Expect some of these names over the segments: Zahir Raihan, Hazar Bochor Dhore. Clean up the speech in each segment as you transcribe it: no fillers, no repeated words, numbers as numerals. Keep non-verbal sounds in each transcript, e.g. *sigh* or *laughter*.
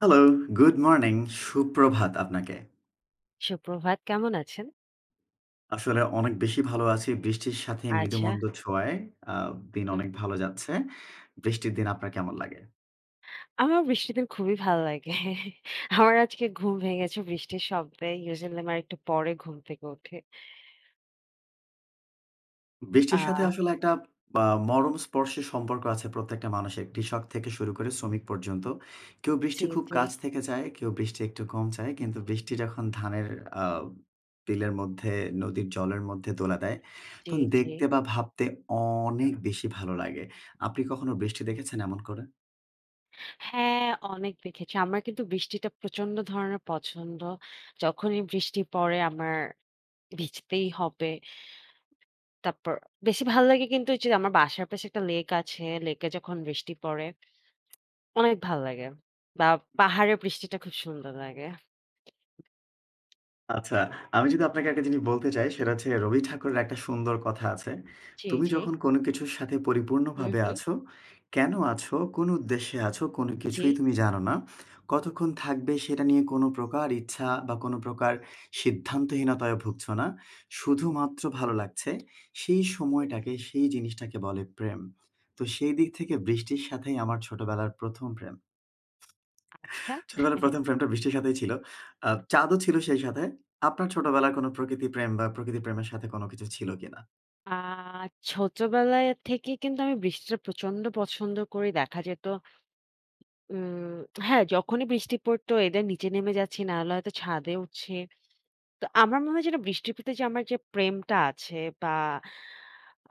Hello, good morning, সুপ্রভাত আপনাকে। সুপ্রভাত। কেমন আছেন? আসলে অনেক বেশি ভালো আছি। বৃষ্টির সাথে আচ্ছা। মৃদুমন্দ ছোঁয়ায় আ দিন হুম, অনেক হুম। ভালো যাচ্ছে। বৃষ্টির দিন আপনার কেমন লাগে? আমার বৃষ্টির দিন খুবই ভালো লাগে। আমার আজকে ঘুম ভেঙেছে বৃষ্টির শব্দে। usually আমার একটু পরে ঘুম থেকে উঠি। বৃষ্টির সাথে আ আসলে একটা আ মরম স্পর্শের সম্পর্ক আছে প্রত্যেকটা মানুষের। কৃষক থেকে শুরু করে শ্রমিক পর্যন্ত। কেউ বৃষ্টি জি, খুব জি, কাছ থেকে চায়, কেউ বৃষ্টি একটু কম চায়। কিন্তু বৃষ্টি যখন ধানের আ বিলের মধ্যে, নদীর জলের মধ্যে দোলা দেয়, জি, তখন জি। দেখতে বা ভাবতে অনেক বেশি ভালো লাগে। আপনি হুম, হুম। কখনো বৃষ্টি দেখেছেন এমন করে? হ্যাঁ, অনেক দেখেছি। আমার কিন্তু বৃষ্টিটা প্রচন্ড ধরনের পছন্দ। যখনই বৃষ্টি পড়ে আমার ভিজতেই হবে। তারপর বেশি ভালো লাগে কিন্তু ওই যে আমার বাসার পাশে একটা লেক আছে। লেকে যখন বৃষ্টি পড়ে অনেক ভাল লাগে। বা পাহাড়ে বৃষ্টিটা খুব সুন্দর লাগে। আচ্ছা, আমি যদি আপনাকে একটা জিনিস বলতে চাই সেটা হচ্ছে রবি ঠাকুরের একটা সুন্দর কথা আছে। জি, "তুমি জি। যখন কোনো কিছুর সাথে হুম, পরিপূর্ণভাবে হুম। আছো, কেন আছো, কোন উদ্দেশ্যে আছো, কোন জি। কিছুই তুমি জানো না। কতক্ষণ থাকবে সেটা নিয়ে কোন প্রকার ইচ্ছা বা কোন প্রকার সিদ্ধান্তহীনতায় ভুগছো না। শুধুমাত্র ভালো লাগছে। সেই জি, জি। সময়টাকে, সেই জিনিসটাকে বলে প্রেম।" তো সেই দিক থেকে বৃষ্টির সাথেই আমার ছোটবেলার ১ম প্রেম। আচ্ছা। ছোটবেলার হুম। ১ম প্রেমটা বৃষ্টির সাথেই ছিল। চাঁদও ছিল সেই সাথে। আপনার ছোটবেলার কোন প্রকৃতি প্রেম বা প্রকৃতি প্রেমের সাথে কোন কিছু ছিল কিনা? আ ছোটবেলায় থেকে কিন্তু আমি বৃষ্টিটা প্রচন্ড পছন্দ করি। দেখা যেত উম হ্যাঁ, যখনই বৃষ্টি পড়তো এদের নিচে নেমে যাচ্ছি, নাহলে হয়তো ছাদে উঠছি। তো আমার মনে হয় যেটা বৃষ্টির প্রতি যে আমার যে প্রেমটা আছে বা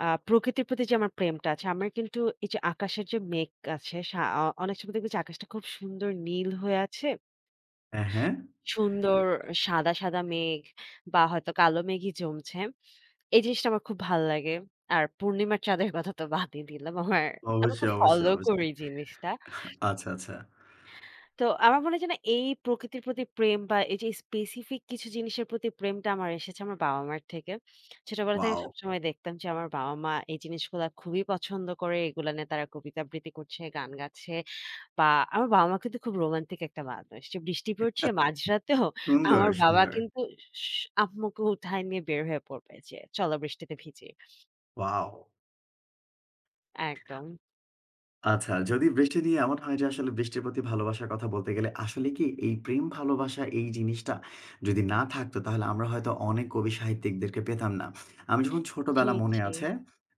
প্রকৃতির প্রতি যে আমার প্রেমটা আছে, আমার কিন্তু এই যে আকাশের যে মেঘ আছে সা অ অনেক সময় দেখবে যে আকাশটা খুব সুন্দর নীল হয়ে আছে। হ্যাঁ, সুন্দর সাদা, সাদা মেঘ বা হয়তো কালো মেঘই জমছে। এই জিনিসটা আমার খুব ভাল লাগে। আর পূর্ণিমার চাঁদের কথা তো বাদই দিলাম। আমার আমি অবশ্যই, খুব অবশ্যই, ফলো করি অবশ্যই। এই জিনিসটা। আচ্ছা, আচ্ছা। তো আমার মনে হয় যে না এই প্রকৃতির প্রতি প্রেম বা এই যে স্পেসিফিক কিছু জিনিসের প্রতি প্রেমটা আমার এসেছে আমার বাবা-মার থেকে। ছোটবেলা থেকে ওয়াও! সবসময় দেখতাম যে আমার বাবা-মা এই জিনিসগুলা খুবই পছন্দ করে। এগুলা নিয়ে তারা কবিতা আবৃত্তি করছে, গান গাচ্ছে। বা আমার বাবা-মা কিন্তু খুব রোমান্টিক একটা মানুষ। যে বৃষ্টি পড়ছে মাঝরাতেও হুম। সুন্দর, আমার বাবা সুন্দর। কিন্তু স আম্মুকে উঠায় নিয়ে বের হয়ে পড়বে যে, "চলো বৃষ্টিতে ভিজি।" ওয়াও! একদম। আচ্ছা, যদি বৃষ্টি নিয়ে এমন হয় যে আসলে বৃষ্টির প্রতি ভালোবাসার কথা বলতে গেলে আসলে কি এই প্রেম ভালোবাসা এই জিনিসটা যদি না থাকতো তাহলে আমরা হয়তো অনেক কবি সাহিত্যিকদেরকে পেতাম না। আমি যখন জি, ছোটবেলা মনে জি। আছে,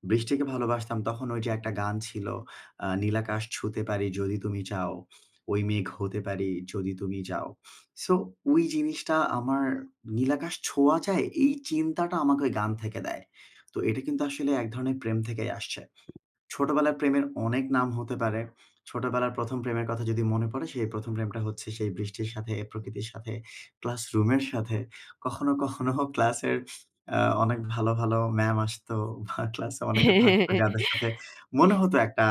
বৃষ্টিকে ভালোবাসতাম তখন ওই যে একটা গান ছিল নীলাকাশ ছুঁতে পারি যদি তুমি চাও, ওই মেঘ হতে পারি যদি তুমি চাও। সো ওই জিনিসটা আমার নীলাকাশ ছোঁয়া যায় এই চিন্তাটা আমাকে ওই গান থেকে দেয়। তো এটা কিন্তু আসলে এক ধরনের প্রেম থেকেই আসছে। ছোটবেলায় প্রেমের অনেক নাম হতে পারে। ছোটবেলার ১ম প্রেমের কথা যদি মনে পড়ে, সেই ১ম প্রেমটা হচ্ছে সেই বৃষ্টির সাথে, প্রকৃতির সাথে, ক্লাসরুমের সাথে। কখনো, কখনো ক্লাসের আ অনেক ভালো, ভালো ম্যাম আসতো বা ক্লাসে অনেকে থাকতো যাদের *laughs* সাথে মনে হতো একটা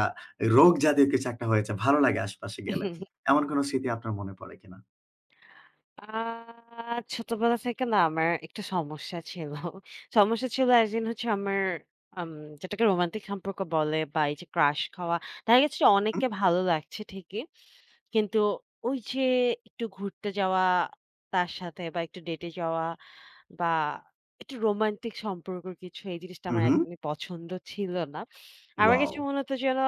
রোগ জাতীয় কিছু একটা হয়েছে। ভালো লাগে আশপাশে গেলে। এমন কোনো স্মৃতি আপনার মনে পড়ে কিনা? আ ছোটবেলা থেকে না আমার একটা সমস্যা ছিল। সমস্যা ছিল অ্যাজ ইন হচ্ছে আমার আম যেটাকে রোমান্টিক সম্পর্ক বলে বা এই যে ক্রাশ খাওয়া। দেখা গেছে যে হুম, অনেককে ভালো লাগছে ঠিকই। কিন্তু ওই যে একটু ঘুরতে যাওয়া তার সাথে বা একটু ডেটে যাওয়া বা একটু রোমান্টিক সম্পর্ক কিছু এই জিনিসটা হু, আমার হুম। একদমই পছন্দ ছিল না। আমার ওয়াও! কাছে মনে হতো যেন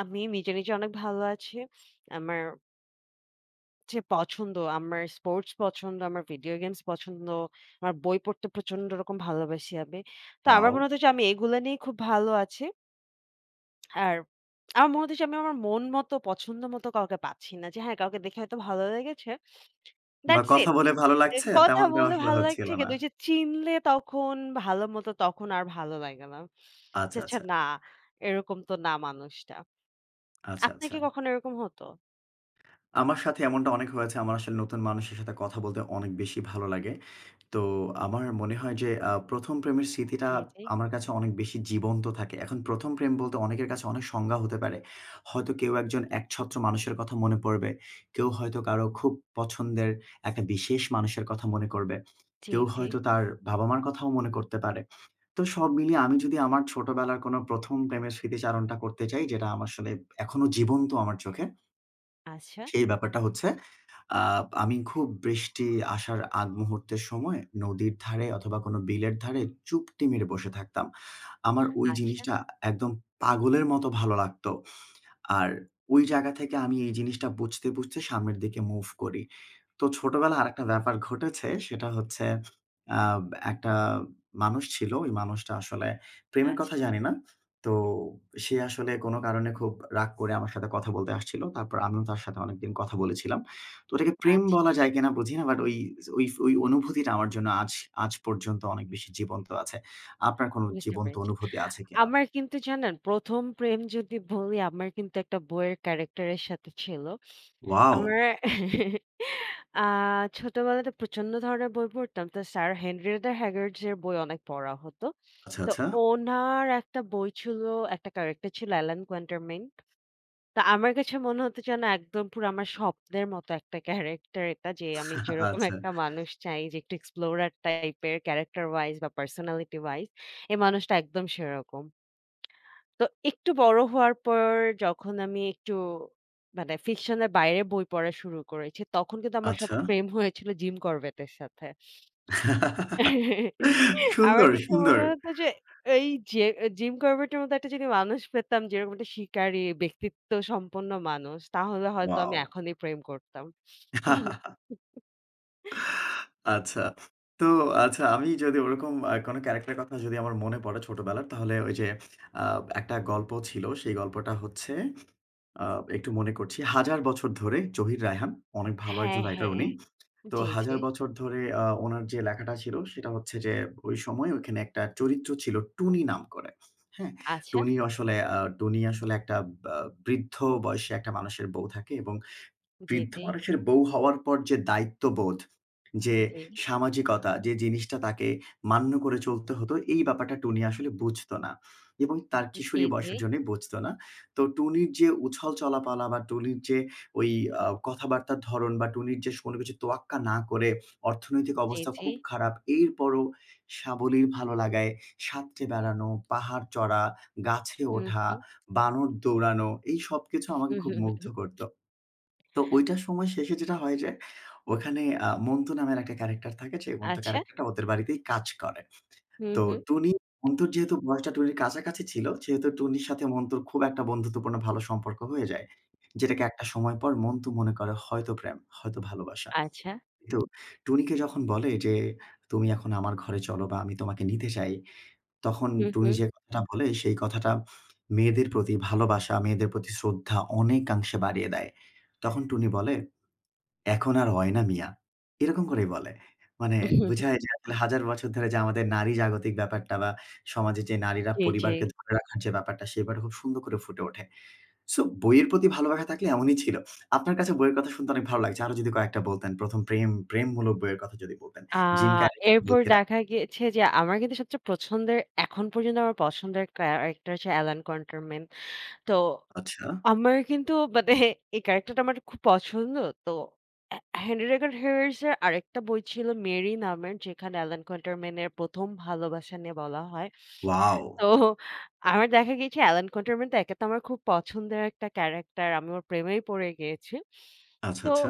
আমি নিজে, নিজে অনেক ভালো আছি। আমার যে পছন্দ, আমার স্পোর্টস পছন্দ, আমার ভিডিও গেমস পছন্দ, আমার বই পড়তে প্রচন্ড রকম ভালোবাসি আমি। তো আমার মনে ওয়াও! হতো যে আমি এগুলা নিয়েই খুব ভালো আছি। আর আমার মনে হতো যে আমি আমার মন মতো, পছন্দ মতো কাউকে পাচ্ছি না। যে হ্যাঁ, কাউকে দেখে হয়তো ভালো লেগেছে। বা দ্যাটস কথা ইট। বলে ভালো এ লাগছে কথা তেমনটাও বলে আসলে ভালো হচ্ছিল লাগছে না। কিন্তু ওই যে চিনলে তখন ভালো মতো তখন আর ভালো লাগে না। যে আচ্ছা, আচ্ছা আচ্ছা। না, এরকম তো না মানুষটা। আচ্ছা, আপনার আচ্ছা। কি কখনো এরকম হতো? আমার সাথে এমনটা অনেক হয়েছে। আমার আসলে নতুন মানুষের সাথে কথা বলতে অনেক বেশি ভালো লাগে। তো আমার মনে হয় যে ১ম প্রেমের স্মৃতিটা জি, জি। আমার কাছে অনেক বেশি জীবন্ত থাকে। এখন ১ম প্রেম বলতে অনেকের কাছে অনেক সংজ্ঞা হতে পারে। হয়তো কেউ একজন একছত্র মানুষের কথা মনে পড়বে। কেউ হয়তো কারো খুব পছন্দের একটা বিশেষ মানুষের কথা মনে করবে। জি, কেউ জি। হয়তো তার বাবা-মার কথাও মনে করতে পারে। তো সব মিলিয়ে আমি যদি আমার ছোটবেলার কোনো ১ম প্রেমের স্মৃতিচারণটা করতে চাই, যেটা আমার আসলে এখনো জীবন্ত আমার চোখে, আচ্ছা, সেই ব্যাপারটা হচ্ছে আ আমি খুব বৃষ্টি আসার আগ মুহূর্তের সময় নদীর ধারে অথবা কোনো বিলের ধারে চুপটি মেরে বসে থাকতাম। আমার ওই আচ্ছা, জিনিসটা একদম পাগলের মতো ভালো লাগতো। আর ওই জায়গা থেকে আমি এই জিনিসটা বুঝতে, বুঝতে সামনের দিকে মুভ করি। তো ছোটবেলায় আরেকটা ব্যাপার ঘটেছে সেটা হচ্ছে আ একটা মানুষ ছিল। ওই মানুষটা আসলে প্রেমের আচ্ছা, কথা জানি না। তো সে আসলে কোনো কারণে খুব রাগ করে আমার সাথে কথা বলতে আসছিল। তারপর আমিও তার সাথে অনেকদিন কথা বলেছিলাম। তো ওটাকে প্রেম আচ্ছা। বলা যায় কিনা বুঝি না। বাট ওই ওই ওই অনুভূতিটা আমার জন্য আজ আজ পর্যন্ত অনেক বেশি জীবন্ত আছে। আপনার কোনো বুঝতে জীবন্ত পেরেছি। অনুভূতি আছে কিনা? আমার কিন্তু জানেন ১ম প্রেম যদি বলি আমার কিন্তু একটা বইয়ের ক্যারেক্টার এর সাথে ছিল। ওয়াও! আমার আ ছোটবেলাতে প্রচন্ড ধরনের বই পড়তাম। তো স্যার হেনরিয়েটা হ্যাগার্ডস এর বই অনেক পড়া হতো। আচ্ছা, তো আচ্ছা, ওনার একটা বই ছিল, একটা ক্যারেক্টার ছিল অ্যালান কোয়ান্টারমেইন। তো আমার কাছে মনে হতো যেন একদম পুরো আমার স্বপ্নের মতো একটা ক্যারেক্টার এটা যে আমি যেরকম আচ্ছা, একটা মানুষ চাই যে একটু এক্সপ্লোরার টাইপের ক্যারেক্টার ওয়াইজ বা পার্সোনালিটি ওয়াইজ এই মানুষটা একদম সেরকম। তো একটু বড় হওয়ার পর যখন আমি একটু মানে ফিকশনের বাইরে বই পড়া শুরু করেছি, তখন কিন্তু আমার সব আচ্ছা। প্রেম হয়েছিল জিম করবেটের সাথে। আমার সুন্দর, কাছে সুন্দর। মনে হতো যে এই যে জিম করবেটের মতো একটা যদি মানুষ পেতাম যেরকম একটা শিকারী, ব্যক্তিত্ব সম্পন্ন মানুষ, তাহলে হয়তো আমি ওয়াও! এখনই প্রেম করতাম। আচ্ছা। তো আচ্ছা আমি যদি ওরকম কোনো ক্যারেক্টারের কথা যদি আমার মনে পড়ে ছোটবেলার, তাহলে ওই যে আ একটা গল্প ছিল। সেই গল্পটা হচ্ছে আ একটু মনে করছি। 'হাজার বছর ধরে' জহির রায়হান। অনেক ভালো একজন হ্যাঁ, রাইটার হ্যাঁ। উনি। তো জি, জি। 'হাজার বছর ধরে' ওনার যে লেখাটা ছিল সেটা হচ্ছে যে ওই সময় ওইখানে একটা চরিত্র ছিল টুনি নাম করে। হ্যাঁ? আচ্ছা। টুনি আসলে টুনি আসলে একটা বা বৃদ্ধ বয়সী একটা মানুষের বউ থাকে এবং জি, বৃদ্ধ জি। মানুষের বউ হওয়ার পর যে দায়িত্ববোধ, যে জি, সামাজিকতা যে জিনিসটা তাকে মান্য করে চলতে হতো, এই ব্যাপারটা টুনি আসলে বুঝত না এবং তার জি, কিশোরী জি। বয়সের জন্যই বুঝত না। তো টুনির যে উছল চলাপালা বা টুনির যে ওই কথাবার্তার ধরন বা টুনির যে কোনো কিছু তোয়াক্কা না করে অর্থনৈতিক জি, অবস্থা জি। খুব খারাপ, এরপরও সাবলীল ভালো লাগায় সাঁতরে বেড়ানো, পাহাড় চড়া, গাছে হুম, ওঠা, হুম। বানর দৌড়ানো এই সবকিছু আমাকে হুম, খুব হুম, মুগ্ধ হুম। করত। তো ওইটার সময় শেষে যেটা হয় যে, ওখানে মন্তু নামের একটা ক্যারেক্টার থাকে। যে মন্তু আচ্ছা। ক্যারেক্টারটা ওদের বাড়িতেই কাজ করে। হুম, তো হুম। টুনি মন্তুর যেহেতু বয়সটা টুনির কাছাকাছি ছিল, সেহেতু টুনির সাথে মন্তুর খুব একটা বন্ধুত্বপূর্ণ ভালো সম্পর্ক হয়ে যায়। যেটাকে একটা সময় পর মন্তু মনে করে হয়তো প্রেম, হয়তো ভালোবাসা। আচ্ছা। কিন্তু টুনিকে যখন বলে যে, "তুমি এখন আমার ঘরে চলো বা আমি তোমাকে নিতে চাই।" তখন হুম, টুনি হুম। যে কথাটা বলে সেই কথাটা মেয়েদের প্রতি ভালোবাসা, মেয়েদের প্রতি শ্রদ্ধা অনেকাংশে বাড়িয়ে দেয়। তখন টুনি বলে এখন আর হয় না মিয়া। এরকম করেই বলে। মানে বুঝায় যে আসলে হাজার বছর ধরে যে আমাদের নারী জাগতিক ব্যাপারটা বা সমাজে যে নারীরা জি, জি। পরিবারকে ধরে রাখার যে ব্যাপারটা সে ব্যাপারটা খুব সুন্দর করে ফুটে ওঠে। সো বইয়ের প্রতি ভালোবাসা থাকলে এমনই ছিল। আপনার কাছে বইয়ের কথা শুনতে অনেক ভালো লাগছে। আরো যদি কয়েকটা বলতেন ১ম প্রেম প্রেমমূলক বইয়ের কথা যদি বলতেন। আ জিম ক্যারির কথা এরপর বলছিলেন। দেখা গিয়েছে যে আমার কিন্তু সবচেয়ে পছন্দের এখন পর্যন্ত আমার পছন্দের ক্যারেক্টার হচ্ছে অ্যালান কোয়াটারমেইন। তো আচ্ছা। আমার কিন্তু মানে এই ক্যারেক্টারটা আমার খুব পছন্দ। তো অ্যা 'হেনরি রেগার হেয়ারস' এর আরেকটা বই ছিল 'মেরি' নামের যেখানে অ্যালান কোয়াটারমেইন এর ১ম ভালোবাসা নিয়ে বলা হয়। ওয়াও! তো আমার দেখা গিয়েছে অ্যালান কোয়াটারমেইন তো একে তো আমার খুব পছন্দের একটা ক্যারাক্টার। আমি ওর প্রেমেই পড়ে গিয়েছি। আচ্ছা, তো আচ্ছা।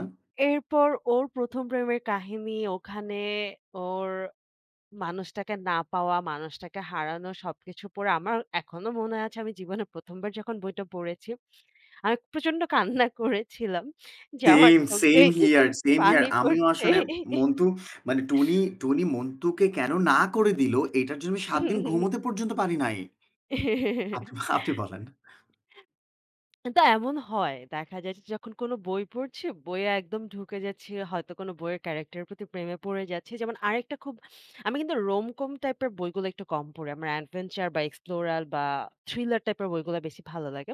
এরপর ওর ১ম প্রেমের কাহিনী ওখানে ওর মানুষটাকে না পাওয়া, মানুষটাকে হারানো সবকিছু পড়ে আমার এখনো মনে আছে আমি জীবনে ১ম বার যখন বইটা পড়েছি, আমি প্রচন্ড কান্না করেছিলাম যে আমার সেম, চোখ সেম দিয়ে হিয়ার, সেম হিয়ার। পানি আমিও পড়ছে। আসলে মন্টু মানে টুনি মন্টুকে কেন না করে দিল, এটার জন্য আমি ৭ দিন ঘুমোতে পর্যন্ত পারি নাই। আপনি, *laughs* আপনি বলেন। তা এমন হয়। দেখা যায় যে যখন কোনো বই পড়ছি, বইয়ে একদম ঢুকে যাচ্ছি। হয়তো কোনো বইয়ের ক্যারেক্টারের প্রতি প্রেমে পড়ে যাচ্ছি। যেমন আরেকটা খুব আমি কিন্তু রোমকম টাইপের বইগুলো একটু কম পড়ি। আমার অ্যাডভেঞ্চার বা এক্সপ্লোরাল বা থ্রিলার টাইপের বইগুলো বেশি ভালো লাগে।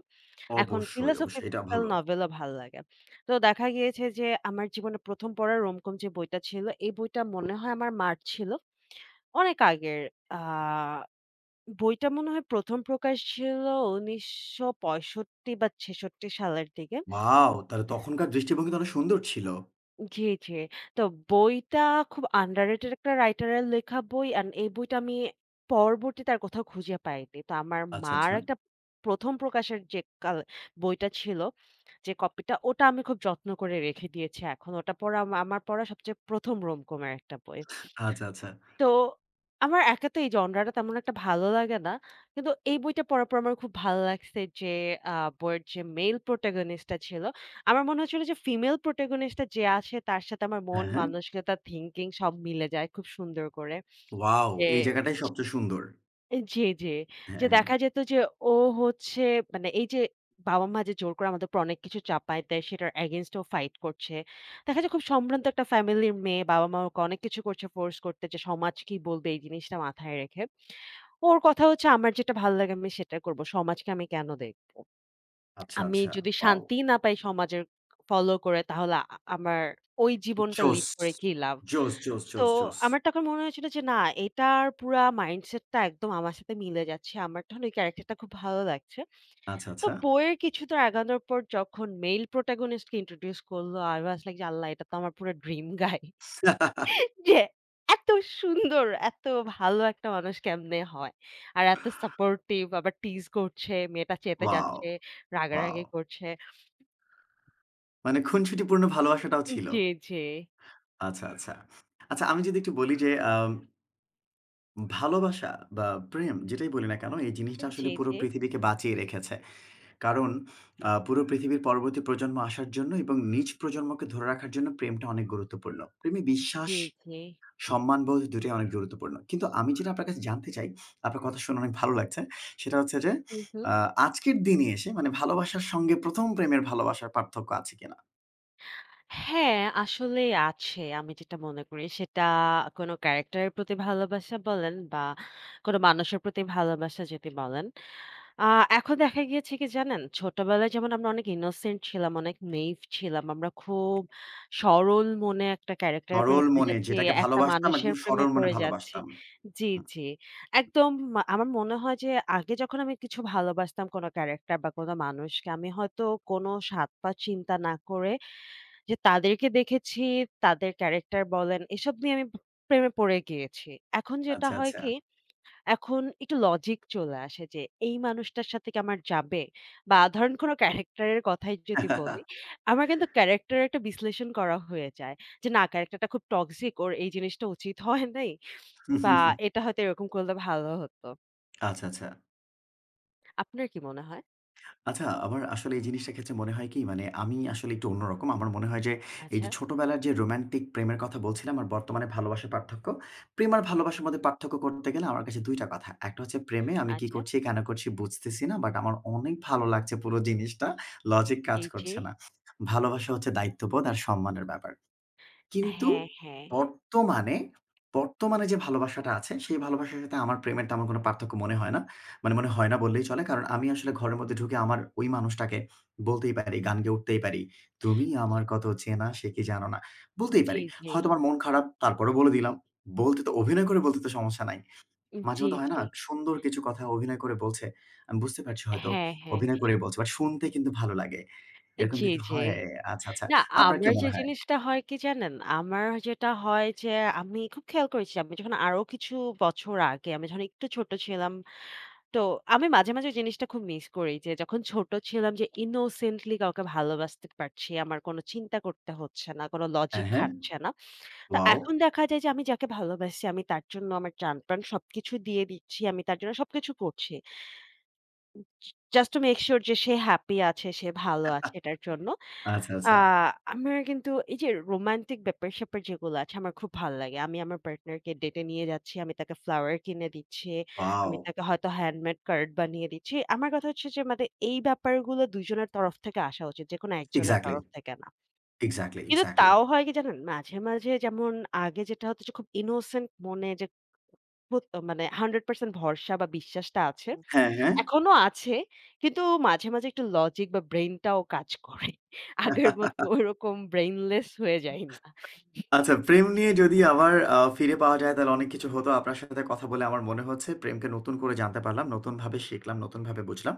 এখন অবশ্যই, অবশ্যই। এটা ফিলোসফিক্যাল ভালো। নভেলও ভাল লাগে। তো দেখা গিয়েছে যে আমার জীবনে ১ম পড়া রোমকম যে বইটা ছিল, এই বইটা মনে হয় আমার মার ছিল। অনেক আগের আ বইটা মনে হয় ১ম প্রকাশ ছিল ১৯৬৫ বা ৬৬ সালের দিকে। ওয়াও! তাহলে তখনকার দৃষ্টিভঙ্গি তো অনেক সুন্দর ছিল। জি, জি। তো বইটা খুব আন্ডাররেটেড একটা রাইটারের লেখা বই। অ্যান্ড এই বইটা আমি পরবর্তীতে আর কোথাও খুঁজে পাইনি। তো আমার আচ্ছা, মার আচ্ছা। একটা ১ম প্রকাশের যে কাল বইটা ছিল, যে কপিটা ওটা আমি খুব যত্ন করে রেখে দিয়েছি এখন। ওটা পড়া আমা আমার পড়া সবচেয়ে ১ম রোমকমের একটা বই। আচ্ছা, আচ্ছা। তো আমার একা তো এই জনরাটা তেমন একটা ভালো লাগে না। কিন্তু এই বইটা পড়ার পর আমার খুব ভালো লাগছে যে আ বইয়ের যে মেইল প্রোটাগনিস্ট টা ছিল, আমার মনে হচ্ছিল যে ফিমেল প্রোটাগনিস্ট টা যে আছে তার সাথে আমার মন, হ্যাঁ, হ্যাঁ। মানসিকতা, থিংকিং সব মিলে যায় খুব সুন্দর করে। ওয়াও! যে এই জায়গাটাই সবচেয়ে সুন্দর। জি, জি। যে হ্যাঁ, হ্যাঁ। দেখা যেত যে ও হচ্ছে মানে এই যে বাবা-মা যে জোর করে আমাদের উপর অনেক কিছু চাপায় দেয় সেটার against এও ফাইট করছে। দেখা যায় খুব সম্ভ্রান্ত একটা ফ্যামিলির মেয়ে বাবা-মা ওকে অনেক কিছু করছে ফোর্স করতে যে সমাজ কি বলবে এই জিনিসটা মাথায় রেখে। ওর কথা হচ্ছে আমার যেটা ভালো লাগে আমি সেটা করব। সমাজকে আমি কেন দেখব? আচ্ছা, আমি আচ্ছা। যদি ওয়াও! শান্তিই না পাই সমাজের ফলো করে তাহলে আমার ওই জীবনটা জোস, লিড করে কি লাভ? জোস, জোস, তো জোস, জোস। আমার তখন মনে হয়েছিল যে না এটার পুরা মাইন্ডসেটটা একদম আমার সাথে মিলে যাচ্ছে। আমার তখন ওই ক্যারাক্টারটা খুব ভালো লাগছে। আচ্ছা, তো আচ্ছা। বইয়ের কিছুদূর আগানোর পর যখন মেইল প্রোটাগনিস্ট কে ইন্ট্রোডিউস করল, I was like যে আল্লাহ এটা তো আমার পুরা ড্রিম গাই। *laughs* যে এত সুন্দর, এত ভালো একটা মানুষ কেমনে হয়। আর এত সাপোর্টিভ আবার টিজ করছে, মেয়েটা চেতে ওয়াও, যাচ্ছে, ওয়াও! রাগারাগি করছে। মানে খুনসুটিপূর্ণ ভালোবাসাটাও ছিল। জি, জি। আচ্ছা, আচ্ছা। আচ্ছা আমি যদি একটু বলি যে ভালোবাসা বা প্রেম যেটাই বলি না কেন, এই জিনিসটা আসলে জি, পুরো জি। পৃথিবীকে বাঁচিয়ে রেখেছে। কারণ পুরো পৃথিবীর পরবর্তী প্রজন্ম আসার জন্য এবং নিজ প্রজন্মকে ধরে রাখার জন্য প্রেমটা অনেক গুরুত্বপূর্ণ। প্রেমে বিশ্বাস, জি, জি। সম্মানবোধ দুটোই অনেক গুরুত্বপূর্ণ। কিন্তু আমি যেটা আপনার কাছে জানতে চাই, আপনার কথা শুনে অনেক ভালো লাগছে। সেটা হচ্ছে যে হু, হু। আ আজকের দিনে এসে মানে ভালোবাসার সঙ্গে ১ম প্রেমের ভালোবাসার পার্থক্য আছে কিনা? হ্যাঁ, আসলেই আছে। আমি যেটা মনে করি সেটা কোনো ক্যারেক্টারের প্রতি ভালোবাসা বলেন বা কোনো মানুষের প্রতি ভালোবাসা যদি বলেন। আ এখন দেখা গিয়েছে কি জানেন? ছোটবেলায় যেমন আমরা অনেক ইনোসেন্ট ছিলাম, অনেক নেইভ ছিলাম। আমরা খুব সরল মনে একটা ক্যারেক্টারের প্রেমে সরল পড়ে মনে যাচ্ছি, যেটাকে একটা ভালোবাসতাম মানুষের একদম প্রেমে সরল মনে পড়ে যাচ্ছি। ভালোবাসতাম। জি, হুম। জি। একদম আমার মনে হয় যে আগে যখন আমি কিছু ভালোবাসতাম কোনো ক্যারেক্টার বা কোনো মানুষকে আমি হয়তো কোনো স্বাদ-পাত চিন্তা না করে যে তাদেরকে দেখেছি, তাদের ক্যারেক্টার বলেন, এসব নিয়ে আমি প্রেমে পড়ে গিয়েছি। এখন যেটা আচ্ছা, হয় আচ্ছা। কি, এখন একটু লজিক চলে আসে যে, এই মানুষটার সাথে কি আমার যাবে? বা ধরেন কোনো ক্যারেক্টার এর কথাই যদি বলি, *laughs* আমার কিন্তু ক্যারেক্টার এর একটা বিশ্লেষণ করা হয়ে যায়। যে না ক্যারেক্টারটা খুব টক্সিক, ওর এই জিনিসটা উচিত হয় নাই। বা এটা হয়তো এরকম করলে ভালো হতো। আচ্ছা, আচ্ছা। আপনার কি মনে হয়? আচ্ছা, আমার আসলে এই জিনিসটার ক্ষেত্রে মনে হয় কি মানে আমি আসলে একটু অন্যরকম। আমার মনে হয় যে এই আচ্ছা, যে ছোটবেলার যে রোমান্টিক প্রেমের কথা বলছিলাম আর বর্তমানে ভালোবাসার পার্থক্য। প্রেম আর ভালোবাসার মধ্যে পার্থক্য করতে গেলে আমার কাছে ২ টা কথা। একটা হচ্ছে প্রেমে আমি কি আচ্ছা। করছি, কেন করছি বুঝতেছি না। বাট আমার অনেক ভালো লাগছে পুরো জিনিসটা। লজিক কাজ জি, জি। করছে না। ভালোবাসা হচ্ছে দায়িত্ববোধ আর সম্মানের ব্যাপার। কিন্তু হ্যাঁ, হ্যাঁ। বর্তমানে, বর্তমানে যে ভালোবাসাটা আছে, সেই ভালোবাসার সাথে আমার প্রেমের তেমন কোনো পার্থক্য মনে হয় না। মানে মনে হয় না বললেই চলে। কারণ আমি আসলে ঘরের মধ্যে ঢুকে আমার ওই মানুষটাকে বলতেই পারি, গান গেয়ে উঠতেই পারি। "তুমি আমার কত চেনা সে কি জানো না।" বলতেই জি, পারি। জি। হয়তো আমার মন খারাপ তারপরেও বলে দিলাম। বলতে তো অভিনয় করে বলতে তো সমস্যা নাই। জি, মাঝেমধ্যে হয় না জি। সুন্দর কিছু কথা অভিনয় করে বলছে। আমি বুঝতে পারছি হয়তো হ্যাঁ, হ্যাঁ। অভিনয় করেই বলছে। বাট শুনতে কিন্তু ভালো লাগে। এরকম জি, কিন্তু জি। হয়। আচ্ছা, আচ্ছা। না আপনার কি আমার যে মনে হয়? জিনিসটা হয় কি জানেন? আমার যেটা হয় যে আমি খুব খেয়াল করেছি আমি যখন আরো কিছু বছর আগে আমি যখন একটু ছোট ছিলাম, তো আমি মাঝে, মাঝে জিনিসটা খুব মিস করি যে যখন ছোট ছিলাম যে innocently কাউকে ভালোবাসতে পারছি। আমার কোনো চিন্তা করতে হচ্ছে না, কোনো লজিক হ্যাঁ, হ্যাঁ। খাটছে না। তো ওয়াও! এখন দেখা যায় যে আমি যাকে ভালোবাসি আমি তার জন্য আমার জান-প্রাণ সবকিছু দিয়ে দিচ্ছি। আমি তার জন্য সবকিছু করছি। জাস্ট to make sure যে সে হ্যাপি আছে, সে ভালো আছে এটার জন্য। আচ্ছা, আ আচ্ছা। আমার কিন্তু এই যে রোমান্টিক ব্যাপার-স্যাপার যেগুলো আছে আমার খুব ভাল লাগে। আমি আমার পার্টনারকে ডেটে নিয়ে যাচ্ছি, আমি তাকে ফ্লাওয়ার কিনে দিচ্ছি, ওয়াও! আমি তাকে হয়তো হ্যান্ডমেড কার্ড বানিয়ে দিচ্ছি। আমার কথা হচ্ছে যে মানে এই ব্যাপারগুলো দুজনের তরফ থেকে আসা উচিত। যেকোনো একজনের এক্সাক্টলি, তরফ থেকে না। এক্সাক্টলি, কিন্তু এক্সাক্টলি। তাও হয় কি জানেন? মাঝে, মাঝে যেমন আগে যেটা হতো যে খুব ইনোসেন্ট মনে যে মানে 100% ভরসা বা বিশ্বাসটা আছে। হ্যাঁ, হ্যাঁ। এখনো আছে। কিন্তু মাঝে, মাঝে একটু লজিক বা ব্রেইন টাও কাজ করে। *laughs* আগের মতো ওরকম ব্রেইনলেস হয়ে যাই না। আচ্ছা প্রেম নিয়ে যদি আবার ফিরে পাওয়া যায় তাহলে অনেক কিছু হতো। আপনার সাথে কথা বলে আমার মনে হচ্ছে প্রেমকে নতুন করে জানতে পারলাম, নতুনভাবে শিখলাম, নতুনভাবে বুঝলাম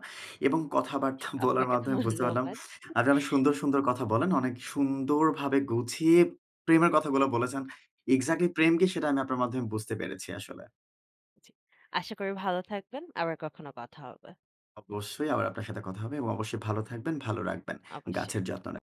এবং কথাবার্তা *laughs* বলার আপনাকে মাধ্যমে বুঝতে পারলাম ধন্যবাদ। আপনি অনেক সুন্দর, সুন্দর কথা বলেন। অনেক সুন্দরভাবে গুছিয়ে প্রেমের কথাগুলো বলেছেন। এক্সাক্টলি প্রেম কি সেটা আমি আপনার মাধ্যমে বুঝতে পেরেছি আসলে। জি। আশা করি ভালো থাকবেন। আবার কখনো কথা হবে। অবশ্যই আবার আপনার সাথে কথা হবে এবং অবশ্যই ভালো থাকবেন, ভালো রাখবেন। অবশ্যই। গাছের যত্ন নেবেন।